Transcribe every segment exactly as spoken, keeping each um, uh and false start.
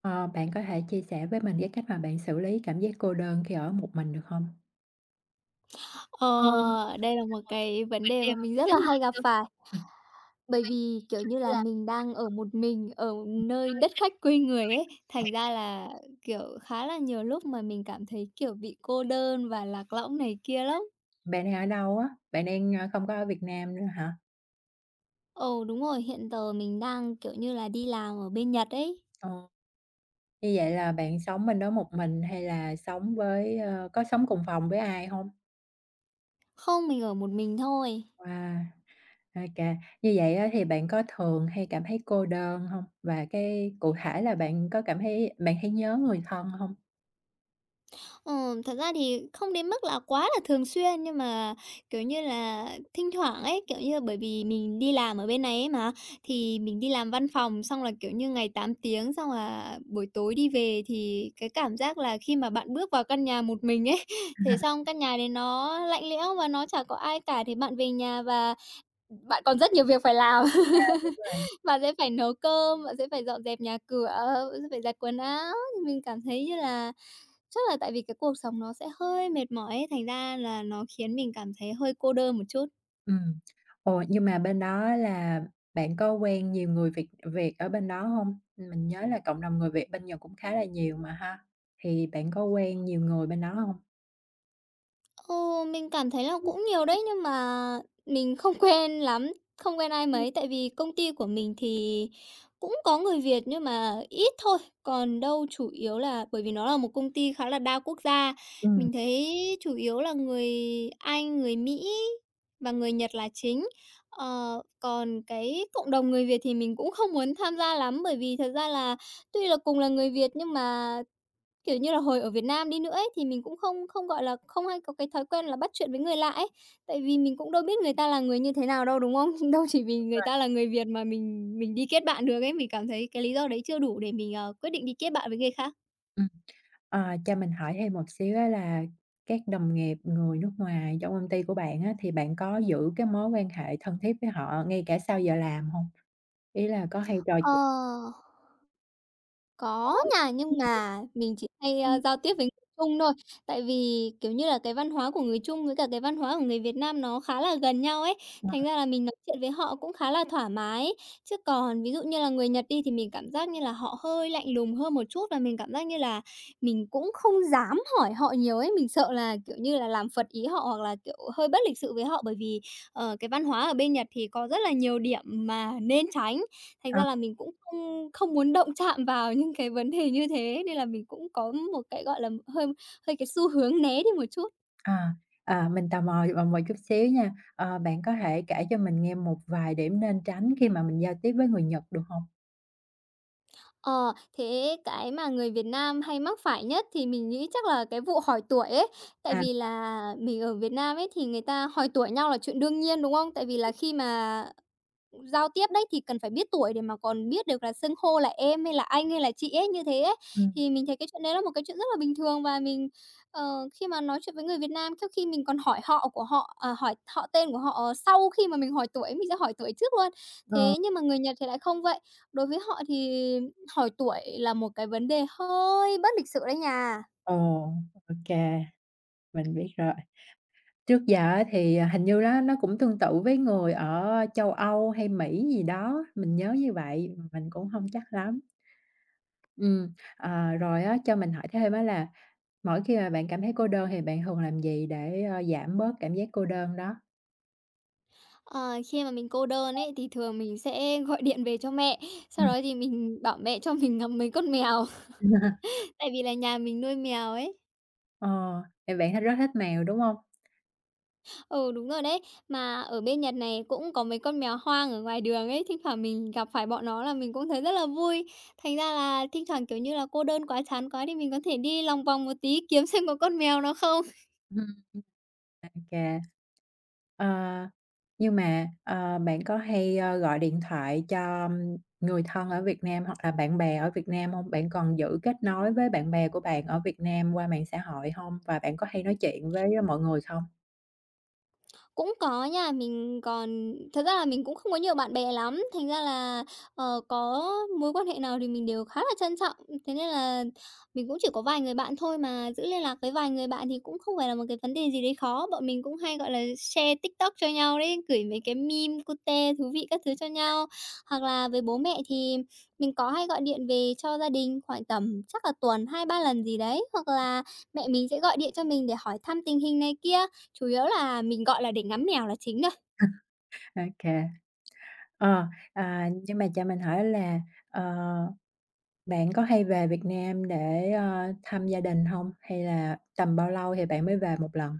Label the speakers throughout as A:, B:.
A: Ờ, Bạn có thể chia sẻ với mình cái cách mà bạn xử lý cảm giác cô đơn khi ở một mình được không? Ờ,
B: Ờ, đây là một
A: Một cái
B: cái vấn
A: vấn
B: đề
A: đề
B: mà
A: mà
B: mình
A: mình
B: rất
A: rất
B: là
A: là
B: hay
A: hay
B: gặp
A: gặp
B: phải,
A: phải,
B: bởi vì, kiểu như
A: như
B: là,
A: là.
B: mình đang ở một mình ở nơi đất khách quê người ấy, thành ra là, kiểu, khá là nhiều lúc mà mình cảm thấy, kiểu, bị cô đơn và lạc lõng này kia lắm.
A: Bạn đang ở đâu á? Bạn đang, ơ, không có ở Việt Nam nữa hả?
B: Ừ, đúng rồi, hiện giờ mình đang, kiểu như là, đi làm ở bên Nhật ấy.
A: Ờ, Như vậy là bạn sống bên đó một mình hay là sống với, ơ có sống cùng phòng với ai không?
B: Không, mình ở một mình thôi.
A: Wow, ô Như vậy á thì bạn có thường hay cảm thấy cô đơn không? Và cái cụ thể là bạn có cảm thấy bạn thấy nhớ người thân hông?
B: Ờ, thật ra thì không đến mức là quá là thường xuyên, nhưng mà, kiểu như là, thinh thoảng ấy, kiểu như, là bởi vì mình đi làm ở bên này ấy mà, thì mình đi làm văn phòng xong là, kiểu như, ngày tám tiếng, xong là buổi tối đi về thì cái cảm giác là khi mà bạn bước vào căn nhà một mình ấy, thế xong căn nhà đấy nó lạnh lẽo và nó chả có ai cả, thì bạn về nhà và bạn còn rất nhiều việc phải làm. Bạn sẽ phải nấu cơm, bạn sẽ phải dọn dẹp nhà cửa, bạn sẽ phải giặt quần áo, thì mình cảm thấy như là chắc là tại vì cái cuộc sống nó sẽ hơi mệt mỏi ấy, thành ra là nó khiến mình cảm thấy hơi cô đơn một chút.
A: Ừm. Ồ, nhưng mà bên đó là bạn có quen nhiều người Việt Việt ở bên đó hông? Mình nhớ là cộng đồng người Việt bên Nhật cũng khá là nhiều mà ha, thì bạn có quen nhiều người bên đó hông?
B: Ừ, mình cảm thấy là cũng nhiều đấy, nhưng mà mình không quen lắm, không quen ai mấy, tại vì công ty của mình thì cũng có người Việt nhưng mà ít thôi, còn đâu chủ yếu là bởi vì nó là một công ty khá là đa quốc gia,
A: Ừm.
B: mình thấy chủ yếu là người Anh, người Mỹ và người Nhật là chính. Ờ, còn cái cộng đồng người Việt thì mình cũng không muốn tham gia lắm, bởi vì thật ra là tuy là cùng là người Việt nhưng mà kiểu như là, hồi ở Việt Nam đi nữa ấy, thì mình cũng không không, gọi là, không hay có cái thói quen là bắt chuyện với người lạ ấy, tại vì mình cũng đâu biết người ta là người như thế nào đâu, đúng không? Đâu chỉ vì người ta là người Việt mà mình mình đi kết bạn được ấy, mình cảm thấy cái lý do đấy chưa đủ để mình, ờ, quyết định đi kết bạn với người khác.
A: Ừm, ờ, cho mình hỏi thêm một xíu á là các đồng nghiệp người nước ngoài trong công ty của bạn á, thì bạn có giữ cái mối quan hệ thân thiết với họ ngay cả sau giờ làm hông? Ý là có hay trò
B: Ờ. Có nha, nhưng mà mình chỉ hay, a,
A: chuyện
B: giao tiếp với người Trung thôi. Tại vì, kiểu như là, cái văn hóa của người Trung với cả cái văn hóa của người Việt Nam nó khá là gần nhau ấy,
A: ờ.
B: thành ra là mình nói chuyện với họ cũng khá là thoải mái ấy. Chứ còn ví dụ như là người Nhật đi thì mình cảm giác như là họ hơi lạnh lùng hơn một chút và mình cảm giác như là mình cũng không dám hỏi họ nhiều ấy, mình sợ là, kiểu như là, làm phật ý họ hoặc là, kiểu, hơi bất lịch sự với họ bởi vì, ờ, cái văn hóa ở bên Nhật thì có rất là nhiều điểm mà nên tránh. Thành ra là mình cũng không không muốn động chạm vào những cái vấn đề như thế, nên là mình cũng có một cái, gọi là, hơi hơi cái xu hướng né đi một chút.
A: À, à, mình tò mò vào một chút xíu nha. Ờ, bạn có thể kể cho mình nghe một vài điểm nên tránh khi mà mình giao tiếp với người Nhật được không?
B: Ờ, thế cái mà người Việt Nam hay mắc phải nhất thì mình nghĩ chắc là cái vụ hỏi tuổi ấy. Tại
A: À,
B: vì là mình ở Việt Nam ấy thì người ta hỏi tuổi nhau là chuyện đương nhiên, đúng không? Tại vì là khi mà giao tiếp đấy, thì cần phải biết tuổi để mà còn biết được là xưng hô là em hay là anh hay là chị ấy như thế ấy.
A: ừm,
B: Thì mình thấy cái chuyện đấy là một cái chuyện rất là bình thường và mình, ờ, khi mà nói chuyện với người Việt Nam, trước khi mình còn hỏi họ của họ, à, hỏi họ tên của họ sau khi mà mình hỏi tuổi, mình sẽ hỏi tuổi trước luôn.
A: ờ,
B: Thế nhưng mà người Nhật thì lại không vậy. Đối với họ thì hỏi tuổi là một cái vấn đề hơi bất lịch sự đấy nhà.
A: ồ, ô mình biết rồi. Trước giờ á thì, à, hình như nó nó cũng tương tự với người ở châu Âu hay Mỹ gì đó, mình nhớ như vậy, mình cũng không chắc lắm. Ừm, ờ, Rồi á, cho mình hỏi thêm á là mỗi khi mà bạn cảm thấy cô đơn thì bạn thường làm gì để, ơ, giảm bớt cảm giác cô đơn đó?
B: Ờ, khi mà mình cô đơn ấy, thì thường mình sẽ gọi điện về cho mẹ, sau
A: Ừm.
B: đó thì mình bảo mẹ cho mình ngắm mấy con mèo. Tại vì là nhà mình nuôi mèo ấy.
A: Ờ, thì bạn thích rất thích mèo, đúng không?
B: Ừ, đúng rồi đấy. Mà ở bên Nhật này cũng có mấy con mèo hoang ở ngoài đường ấy, thỉnh thoảng mình gặp phải bọn nó là mình cũng thấy rất là vui. Thành ra là thỉnh thoảng, kiểu như là, cô đơn quá, chán quá thì mình có thể đi lòng vòng một tí kiếm xem có con mèo nào không.
A: Ừm, ô Ờ, nhưng mà, ờ, bạn có hay, ơ, gọi điện thoại cho người thân ở Việt Nam hoặc là bạn bè ở Việt Nam hông? Bạn còn giữ kết nối với bạn bè của bạn ở Việt Nam qua mạng xã hội hông? Và bạn có hay nói chuyện với mọi người không?
B: Cũng có nha, mình còn thật ra là mình cũng không có nhiều bạn bè lắm, thành ra là, ờ, có mối quan hệ nào thì mình đều khá là trân trọng. Thế nên là mình cũng chỉ có vài người bạn thôi mà giữ liên lạc với vài người bạn thì cũng không phải là một cái vấn đề gì đấy khó. Bọn mình cũng hay, gọi là, share TikTok cho nhau đấy, gửi mấy cái meme cute thú vị các thứ cho nhau. Hoặc là với bố mẹ thì mình có hay gọi điện về cho gia đình khoảng tầm chắc là tuần hai ba lần gì đấy, hoặc là mẹ mình sẽ gọi điện cho mình để hỏi thăm tình hình này kia. Chủ yếu là mình, gọi là, để ngắm mèo là chính thôi.
A: Ô Ờ, à, nhưng mà cho mình hỏi là, ờ, bạn có hay về Việt Nam để, ơ, thăm gia đình hông? Hay là tầm bao lâu thì bạn mới về một lần?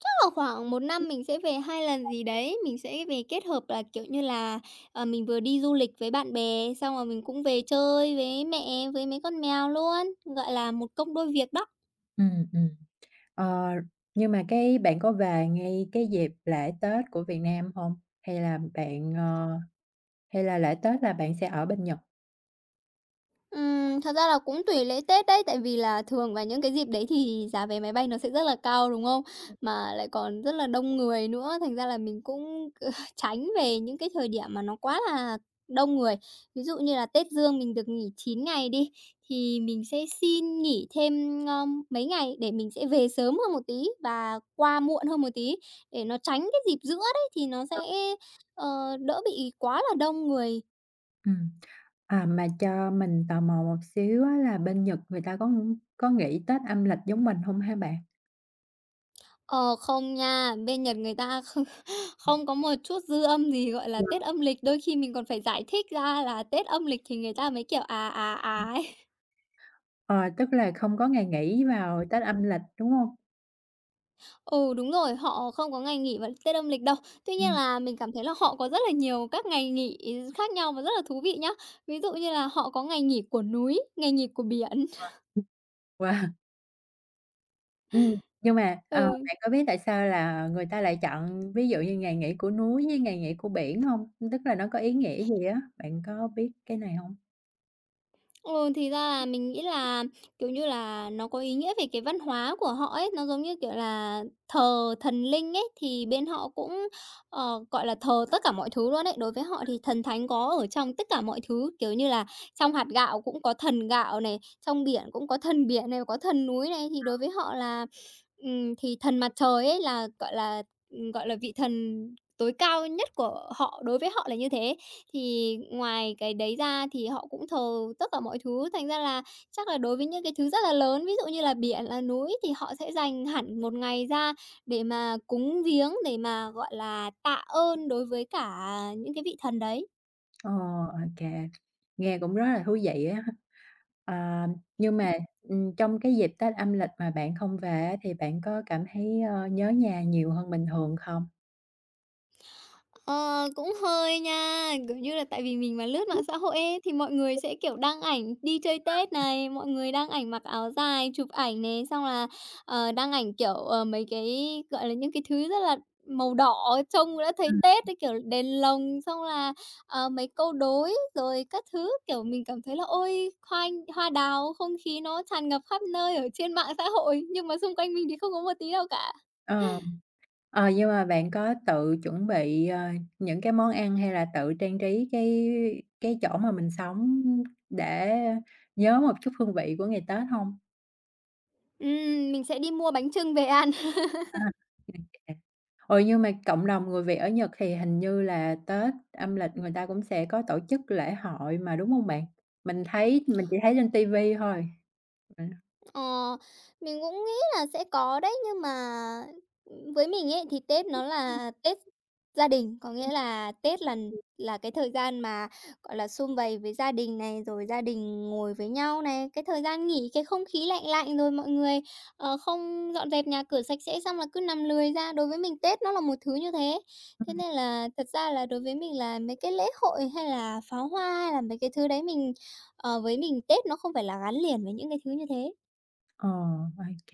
B: Chắc là khoảng một năm mình sẽ về hai lần gì đấy, mình sẽ về kết hợp là, kiểu như là, ờ, mình vừa đi du lịch với bạn bè, xong rồi mình cũng về chơi với mẹ, với mấy con mèo luôn, gọi là, một công đôi việc đó.
A: Ừm, ừm. Ờ, nhưng mà cái bạn có về ngay cái dịp lễ Tết của Việt Nam không? Hay là bạn, ờ hay là lễ Tết là bạn sẽ ở bên Nhật?
B: Ừm, thật ra là cũng tùy lễ Tết đấy, tại vì là thường vào những cái dịp đấy thì giá vé máy bay nó sẽ rất là cao, đúng không? Mà lại còn rất là đông người nữa, thành ra là mình cũng tránh về những cái thời điểm mà nó quá là đông người. Ví dụ như là Tết Dương mình được nghỉ chín ngày đi, thì mình sẽ xin nghỉ thêm, ờm, mấy ngày để mình sẽ về sớm hơn một tí và qua muộn hơn một tí, để nó tránh cái dịp giữa đấy thì nó sẽ, ờ, đỡ bị quá là đông người.
A: Ừm. À, mà cho mình tò mò một xíu á là bên Nhật người ta có ng- có nghỉ Tết âm lịch giống mình không hả bạn?
B: Ờ, không nha, bên Nhật người ta không không có một chút dư âm gì, gọi là,
A: Yeah.
B: Tết âm lịch, đôi khi mình còn phải giải thích ra là Tết âm lịch thì người ta mới, kiểu, à, à, à ấy.
A: Ờ, Tức là không có ngày nghỉ vào Tết âm lịch, đúng không?
B: Ừ, đúng rồi, họ không có ngày nghỉ vào Tết âm lịch đâu. Tuy nhiên
A: Ừm.
B: là mình cảm thấy là họ có rất là nhiều các ngày nghỉ khác nhau và rất là thú vị nhá. Ví dụ như là họ có ngày nghỉ của núi, ngày nghỉ của biển.
A: Wow! Ừm, nhưng mà, ờ,
B: Ừ.
A: bạn có biết tại sao là người ta lại chọn ví dụ như ngày nghỉ của núi với ngày nghỉ của biển hông? Tức là nó có ý nghĩa gì á, bạn có biết cái này hông?
B: Ừ, thì ra là mình nghĩ là, kiểu như là, nó có ý nghĩa về cái văn hóa của họ ấy, nó giống như, kiểu là, thờ thần linh ấy, thì bên họ cũng, ờ, gọi là, thờ tất cả mọi thứ luôn ấy. Đối với họ thì thần thánh có ở trong tất cả mọi thứ, kiểu như là, trong hạt gạo cũng có thần gạo này, trong biển cũng có thần biển này, có thần núi này. Thì đối với họ là, ừm, thì thần mặt trời ấy là, gọi là, gọi là, vị thần tối cao nhất của họ, đối với họ là như thế. Thì ngoài cái đấy ra thì họ cũng thờ tất cả mọi thứ, thành ra là chắc là đối với những cái thứ rất là lớn, ví dụ như là biển, là núi thì họ sẽ dành hẳn một ngày ra để mà cúng viếng, để mà, gọi là, tạ ơn đối với cả những cái vị thần đấy.
A: Ờ, OK, nghe cũng rất là thú vị á. Ờ, nhưng mà, ừm, trong cái dịp Tết âm lịch mà bạn không về á thì bạn có cảm thấy, ơ, nhớ nhà nhiều hơn bình thường không?
B: Ờ, cũng hơi nha, kiểu như là, tại vì mình mà lướt mạng xã hội ấy, thì mọi người sẽ, kiểu, đăng ảnh đi chơi Tết này, mọi người đăng ảnh mặc áo dài, chụp ảnh này, xong là, ờ, đăng ảnh, kiểu, ờ, mấy cái, gọi là, những cái thứ rất là màu đỏ, trông đã thấy Tết ấy, kiểu, đèn lồng, xong là, ờ, mấy câu đối rồi các thứ. Kiểu, mình cảm thấy là "Ôi, hoa hoa đào, không khí nó tràn ngập khắp nơi ở trên mạng xã hội", nhưng mà xung quanh mình thì không có một tí nào cả.
A: Ờ. Ờ, nhưng mà bạn có tự chuẩn bị, ờ, những cái món ăn hay là tự trang trí cái cái chỗ mà mình sống để nhớ một chút hương vị của ngày Tết hông?
B: Ừm, mình sẽ đi mua bánh chưng về ăn.
A: À, OK. Ừ, nhưng mà cộng đồng người Việt ở Nhật thì hình như là Tết âm lịch người ta cũng sẽ có tổ chức lễ hội mà, đúng hông bạn? Mình thấy mình chỉ thấy trên ti vi thôi. Ừm.
B: Ờ, mình cũng nghĩ là sẽ có đấy, nhưng mà, với mình ấy thì Tết nó là Tết gia đình, có nghĩa là Tết là là cái thời gian mà, gọi là, sum vầy với gia đình này, rồi gia đình ngồi với nhau này, cái thời gian nghỉ, cái không khí lạnh lạnh rồi mọi người, ờ, không dọn dẹp nhà cửa sạch sẽ xong là cứ nằm lười ra. Đối với mình Tết nó là một thứ như thế, thế
A: Ừm.
B: nên là thật ra là đối với mình là mấy cái lễ hội hay là pháo hoa hay là mấy cái thứ đấy mình ờ, với mình Tết nó không phải là gắn liền với những cái thứ như thế.
A: Ờ, OK.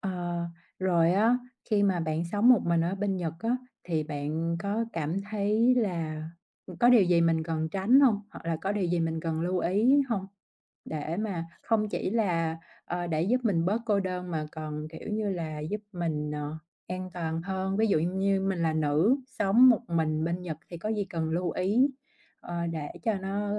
A: Ờ, Rồi á, khi mà bạn sống một mình ở bên Nhật á, thì bạn có cảm thấy là có điều gì mình cần tránh không, Hoặc là có điều gì mình cần lưu ý không, Để mà không chỉ là, ờ, để giúp mình bớt cô đơn mà còn, kiểu như là, giúp mình, ờ, an toàn hơn. Ví dụ như mình là nữ, sống một mình bên Nhật thì có gì cần lưu ý, ờ, để cho nó,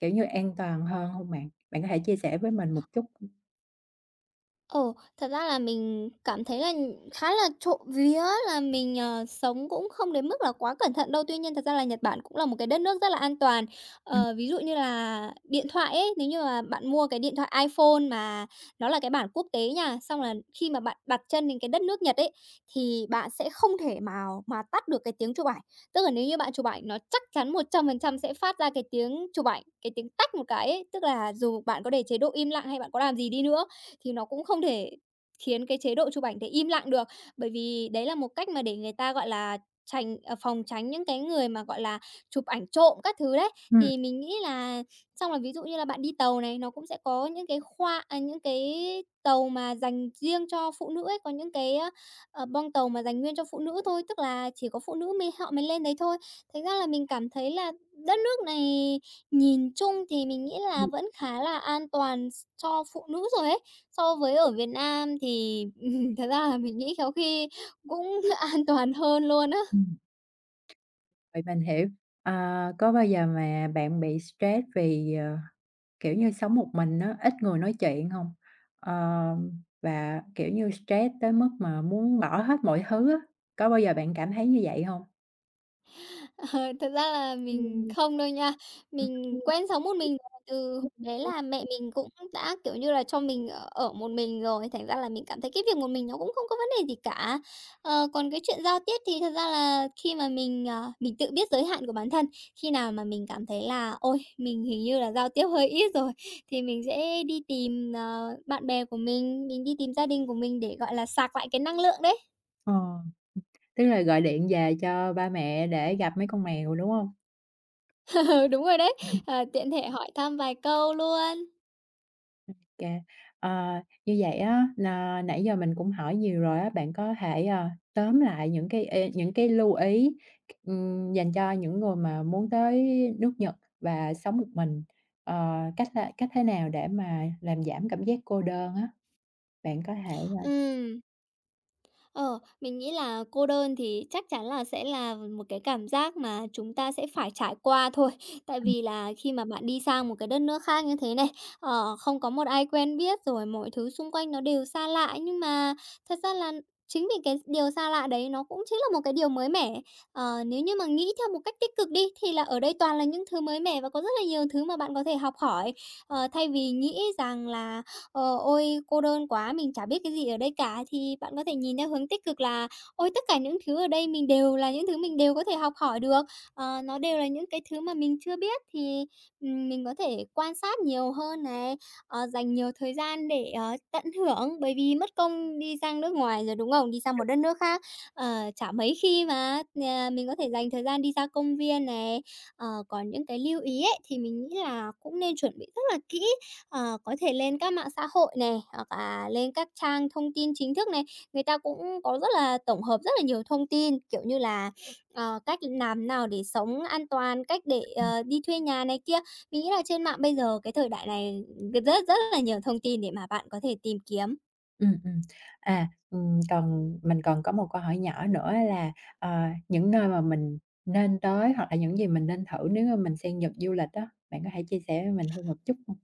A: kiểu như, an toàn hơn không bạn? Bạn có thể chia sẻ với mình một chút?
B: Ồ, thật ra là mình cảm thấy là khá là trộm vía là mình, ờ, sống cũng không đến mức là quá cẩn thận đâu. Tuy nhiên thật ra là Nhật Bản cũng là một cái đất nước rất là an toàn.
A: Ừm.
B: Ờ, ví dụ như là điện thoại ấy, nếu như mà bạn mua cái điện thoại iPhone mà nó là cái bản quốc tế nha, xong là khi mà bạn đặt chân đến cái đất nước Nhật ấy, thì bạn sẽ không thể mà mà tắt được cái tiếng chụp ảnh. Tức là nếu như bạn chụp ảnh nó chắc chắn một trăm phần trăm sẽ phát ra cái tiếng chụp ảnh, cái tiếng tách một cái ấy, tức là dù bạn có để chế độ im lặng hay bạn có làm gì đi nữa thì nó cũng không thể khiến cái chế độ chụp ảnh để im lặng được. Bởi vì đấy là một cách mà để người ta, gọi là, tránh à, phòng tránh những cái người mà, gọi là, chụp ảnh trộm các thứ đấy.
A: Ừm,
B: Thì mình nghĩ là xong là ví dụ như là bạn đi tàu này, nó cũng sẽ có những cái khoa à, những cái tàu mà dành riêng cho phụ nữ ấy, có những cái, a, ờ, tàu mà dành nguyên cho phụ nữ thôi, tức là chỉ có phụ nữ mới họ mới lên đấy thôi. Thành ra là mình cảm thấy là đất nước này, nhìn chung thì mình nghĩ là
A: ừm.
B: vẫn khá là an toàn s cho phụ nữ rồi ấy. So với ở Việt Nam thì, thật ra là mình nghĩ khéo khi cũng an toàn hơn luôn á.
A: Ừm. Vậy mình hiểu. Ờ, có bao giờ mà bạn bị stress vì, ờ, kiểu như, sống một mình á, ít người nói chuyện không? Ờ, và, kiểu như, stress tới mức mà muốn bỏ hết mọi thứ á, có bao giờ bạn cảm thấy như vậy không?
B: Ờ, Thật ra là mình
A: Ừm,
B: không đâu nha. Mình quen sống một mình rồi, từ hồi bé là mẹ mình cũng đã, kiểu như là, cho mình ở ở một mình rồi, thành ra là mình cảm thấy cái việc một mình nó cũng không có vấn đề gì cả. Ờ, còn cái chuyện giao tiếp thì thật ra là khi mà mình, ờ, mình tự biết giới hạn của bản thân, khi nào mà mình cảm thấy là "Ôi, mình hình như là giao tiếp hơi ít rồi" thì mình sẽ đi tìm, ờ, bạn bè của mình, mình đi tìm gia đình của mình để, gọi là, sạc lại cái năng lượng đấy.
A: Ờ, Tức là gọi điện về cho ba mẹ để gặp mấy con mèo, đúng không?
B: Đúng rồi đấy, ờ, tiện thể hỏi thăm vài câu luôn.
A: Kê. Ờ, Như vậy á là nãy giờ mình cũng hỏi nhiều rồi á, bạn có thể, ờ, tóm lại những cái ê những cái lưu ý, ừm, dành cho những người mà muốn tới nước Nhật và sống một mình, ờ, cách thế cách thế nào để mà làm giảm cảm giác cô đơn á? Bạn có thể, ờ
B: Ừm, ờ, mình nghĩ là cô đơn thì chắc chắn là sẽ là một cái cảm giác mà chúng ta sẽ phải trải qua thôi. Tại vì là khi mà bạn đi sang một cái đất nước khác như thế này, ờ, không có một ai quen biết rồi mọi thứ xung quanh nó đều xa lạ, nhưng mà thật ra là chính vì cái điều xa lạ đấy nó cũng chính là một cái điều mới mẻ. Ờ, nếu như mà nghĩ theo một cách tích cực đi thì là ở đây toàn là những thứ mới mẻ và có rất là nhiều thứ mà bạn có thể học hỏi. Ờ, thay vì nghĩ rằng là "Ờ, ôi, cô đơn quá, mình chả biết cái gì ở đây cả." Thì bạn có thể nhìn theo hướng tích cực là "Ôi, tất cả những thứ ở đây mình đều là những thứ mình đều có thể học hỏi được, ờ, nó đều là những cái thứ mà mình chưa biết." Thì, ừm, mình có thể quan sát nhiều hơn này, ờ, dành nhiều thời gian để, ờ, tận hưởng, bởi vì mất công đi sang nước ngoài rồi, đúng không? Đi sang một đất nước khác, ờ, chả mấy khi mà, à, mình có thể dành thời gian đi ra công viên này. Ờ, còn những cái lưu ý ấy, thì mình nghĩ là cũng nên chuẩn bị rất là kỹ. Ờ, có thể lên các mạng xã hội này hoặc là lên các trang thông tin chính thức này, người ta cũng có rất là tổng hợp rất là nhiều thông tin, kiểu như là, ờ, cách làm nào để sống an toàn, cách để,
A: ừm,
B: ờ, đi thuê nhà này kia. Mình nghĩ là trên mạng bây giờ cái thời đại này, rất rất là nhiều thông tin để mà bạn có thể tìm kiếm.
A: ừm, ừm. À, ừm, còn mình còn có một câu hỏi nhỏ nữa là, ờ, những nơi mà mình nên tới hoặc là những gì mình nên thử nếu mà mình sang Nhật du lịch đó bạn có thể chia sẻ với mình thêm một chút hông?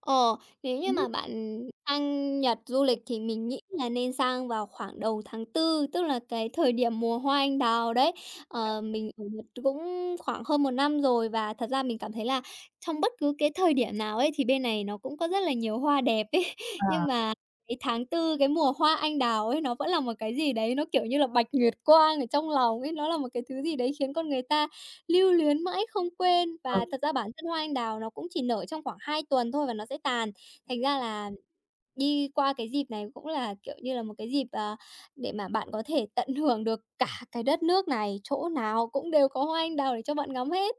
B: Ờ, Nếu như
A: Ừm.
B: mà bạn sang Nhật du lịch thì mình nghĩ là nên sang vào khoảng đầu tháng Tư tức là cái thời điểm mùa hoa anh đào đấy. Ờ, mình ở Nhật cũng khoảng hơn một năm rồi và thật ra mình cảm thấy là trong bất cứ cái thời điểm nào ấy thì bên này nó cũng có rất là nhiều hoa đẹp ấy.
A: Ờ.
B: Nhưng mà cái tháng Tư cái mùa hoa anh đào ấy, nó vẫn là một cái gì đấy, nó, kiểu như là, bạch nguyệt quang ở trong lòng ấy, nó là một cái thứ gì đấy khiến con người ta lưu luyến mãi không quên
A: Ừ,
B: và thật ra bản thân hoa anh đào nó cũng chỉ nở trong khoảng hai tuần thôi và nó sẽ tàn. Thành ra là đi qua cái dịp này cũng là, kiểu như là, một cái dịp, ờ, để mà bạn có thể tận hưởng được cả cái đất nước này, chỗ nào cũng đều có hoa anh đào để cho bạn ngắm hết.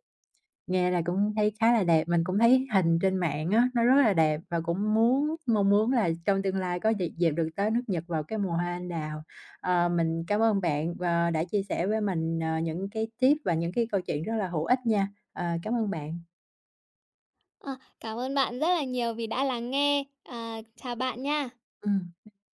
A: nghe là cũng thấy khá là đẹp, mình cũng thấy hình trên mạng á, nó rất là đẹp và cũng muốn mong muốn là trong tương lai có dịp dịp được tới nước Nhật vào cái mùa hoa anh đào. Ờ, mình cảm ơn bạn và đã chia sẻ với mình, ờ, những cái tip và những cái câu chuyện rất là hữu ích nha. Ờ, Cảm ơn bạn.
B: Ờ, Cảm ơn bạn rất là nhiều vì đã lắng nghe. À, chào bạn nha.
A: Ừm.